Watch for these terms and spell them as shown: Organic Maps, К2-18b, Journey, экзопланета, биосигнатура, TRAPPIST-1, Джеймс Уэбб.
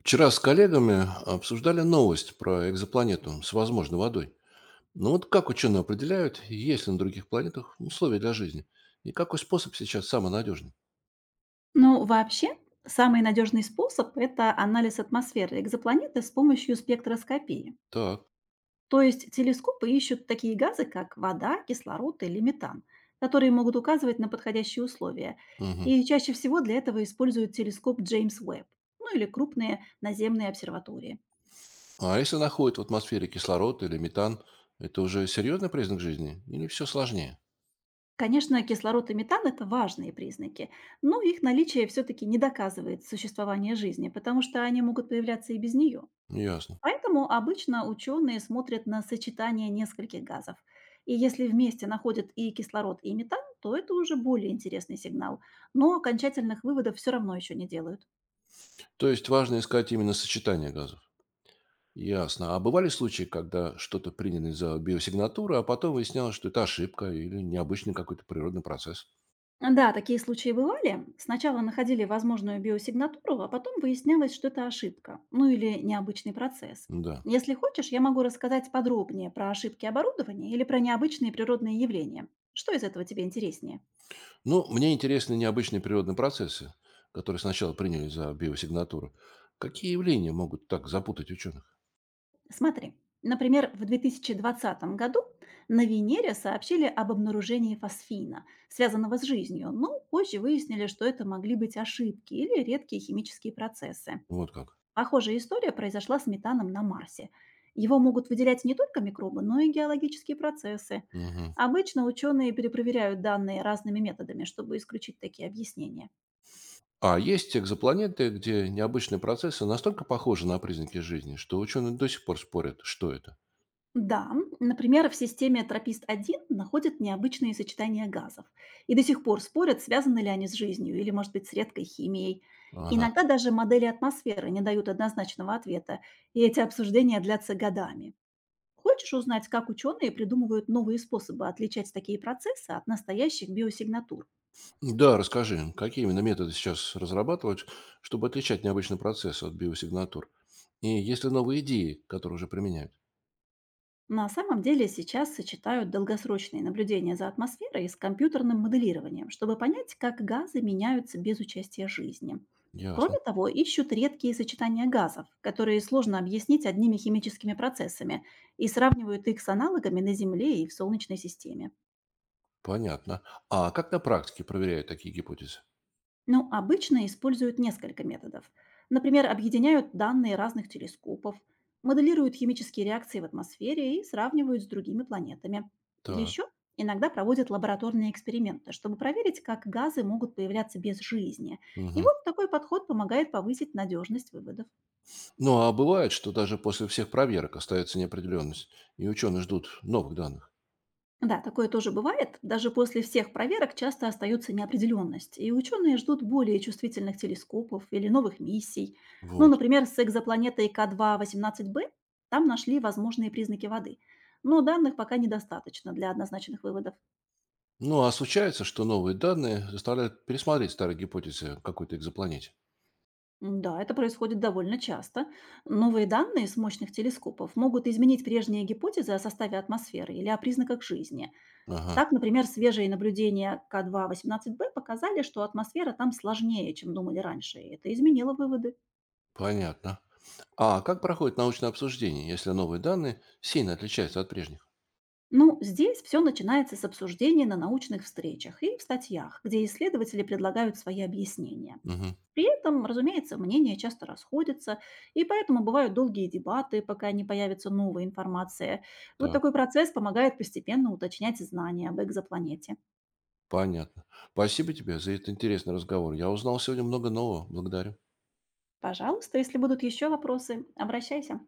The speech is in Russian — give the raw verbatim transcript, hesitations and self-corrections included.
Вчера с коллегами обсуждали новость про экзопланету с возможной водой. Ну вот как ученые определяют, есть ли на других планетах условия для жизни? И какой способ сейчас самый надежный? Ну, вообще, самый надежный способ — это анализ атмосферы экзопланеты с помощью спектроскопии. Так. То есть телескопы ищут такие газы, как вода, кислород или метан, которые могут указывать на подходящие условия. Мгм. И чаще всего для этого используют телескоп Джеймс Уэбб, ну или крупные наземные обсерватории. А если находят в атмосфере кислород или метан, это уже серьезный признак жизни? Или все сложнее? Конечно, кислород и метан — это важные признаки, но их наличие все-таки не доказывает существование жизни, потому что они могут появляться и без нее. Ясно. Поэтому обычно ученые смотрят на сочетание нескольких газов. И если вместе находят и кислород, и метан, то это уже более интересный сигнал. Но окончательных выводов все равно еще не делают. То есть важно искать именно сочетание газов? Ясно. А бывали случаи, когда что-то приняли за биосигнатуру, а потом выяснялось, что это ошибка или необычный какой-то природный процесс? Да, такие случаи бывали. Сначала находили возможную биосигнатуру, а потом выяснялось, что это ошибка, ну или необычный процесс. Да. Если хочешь, я могу рассказать подробнее про ошибки оборудования или про необычные природные явления. Что из этого тебе интереснее? Ну, мне интересны необычные природные процессы, которые сначала приняли за биосигнатуру. Какие явления могут так запутать ученых? Смотри, например, в две тысячи двадцатом году на Венере сообщили об обнаружении фосфина, связанного с жизнью, но позже выяснили, что это могли быть ошибки или редкие химические процессы. Вот как. Похожая история произошла с метаном на Марсе. Его могут выделять не только микробы, но и геологические процессы. Мгм. Обычно ученые перепроверяют данные разными методами, чтобы исключить такие объяснения. А есть экзопланеты, где необычные процессы настолько похожи на признаки жизни, что ученые до сих пор спорят, что это. Да, например, в системе тропист-один находят необычные сочетания газов. И до сих пор спорят, связаны ли они с жизнью или, может быть, с редкой химией. Ага. Иногда даже модели атмосферы не дают однозначного ответа, и эти обсуждения длятся годами. Хочешь узнать, как ученые придумывают новые способы отличать такие процессы от настоящих биосигнатур? Да, расскажи, какие именно методы сейчас разрабатывают, чтобы отличать необычный процесс от биосигнатур? И есть ли новые идеи, которые уже применяют? На самом деле сейчас сочетают долгосрочные наблюдения за атмосферой с компьютерным моделированием, чтобы понять, как газы меняются без участия жизни. Ясно. Кроме того, ищут редкие сочетания газов, которые сложно объяснить одними химическими процессами, и сравнивают их с аналогами на Земле и в Солнечной системе. Понятно. А как на практике проверяют такие гипотезы? Но обычно используют несколько методов. Например, объединяют данные разных телескопов, моделируют химические реакции в атмосфере и сравнивают с другими планетами. Так. Еще иногда проводят лабораторные эксперименты, чтобы проверить, как газы могут появляться без жизни. И Мгм. вот такой подход помогает повысить надежность выводов. Ну, а бывает, что даже после всех проверок остается неопределенность, и ученые ждут новых данных. Да, такое тоже бывает. Даже после всех проверок часто остается неопределенность, и ученые ждут более чувствительных телескопов или новых миссий. Ну, Вот. например, с экзопланетой К2-восемнадцать би там нашли возможные признаки воды, но данных пока недостаточно для однозначных выводов. Ну, а случается, что новые данные заставляют пересмотреть старые гипотезы о какой-то экзопланете. М, да, это происходит довольно часто. Новые данные с мощных телескопов могут изменить прежние гипотезы о составе атмосферы или о признаках жизни. Ага, Так, например, свежие наблюдения К2-18Б показали, что атмосфера там сложнее, чем думали раньше, и это изменило выводы. понятно. А как проходит научное обсуждение, если новые данные сильно отличаются от прежних? Ну, здесь все начинается с обсуждения на научных встречах и в статьях, где исследователи предлагают свои объяснения. Угу, При этом, разумеется, мнения часто расходятся, и поэтому бывают долгие дебаты, пока не появится новая информация. Вот так, такой процесс помогает постепенно уточнять знания об экзопланете. понятно. Спасибо тебе за этот интересный разговор. Я узнал сегодня много нового. Благодарю. Пожалуйста, если будут еще вопросы, обращайся.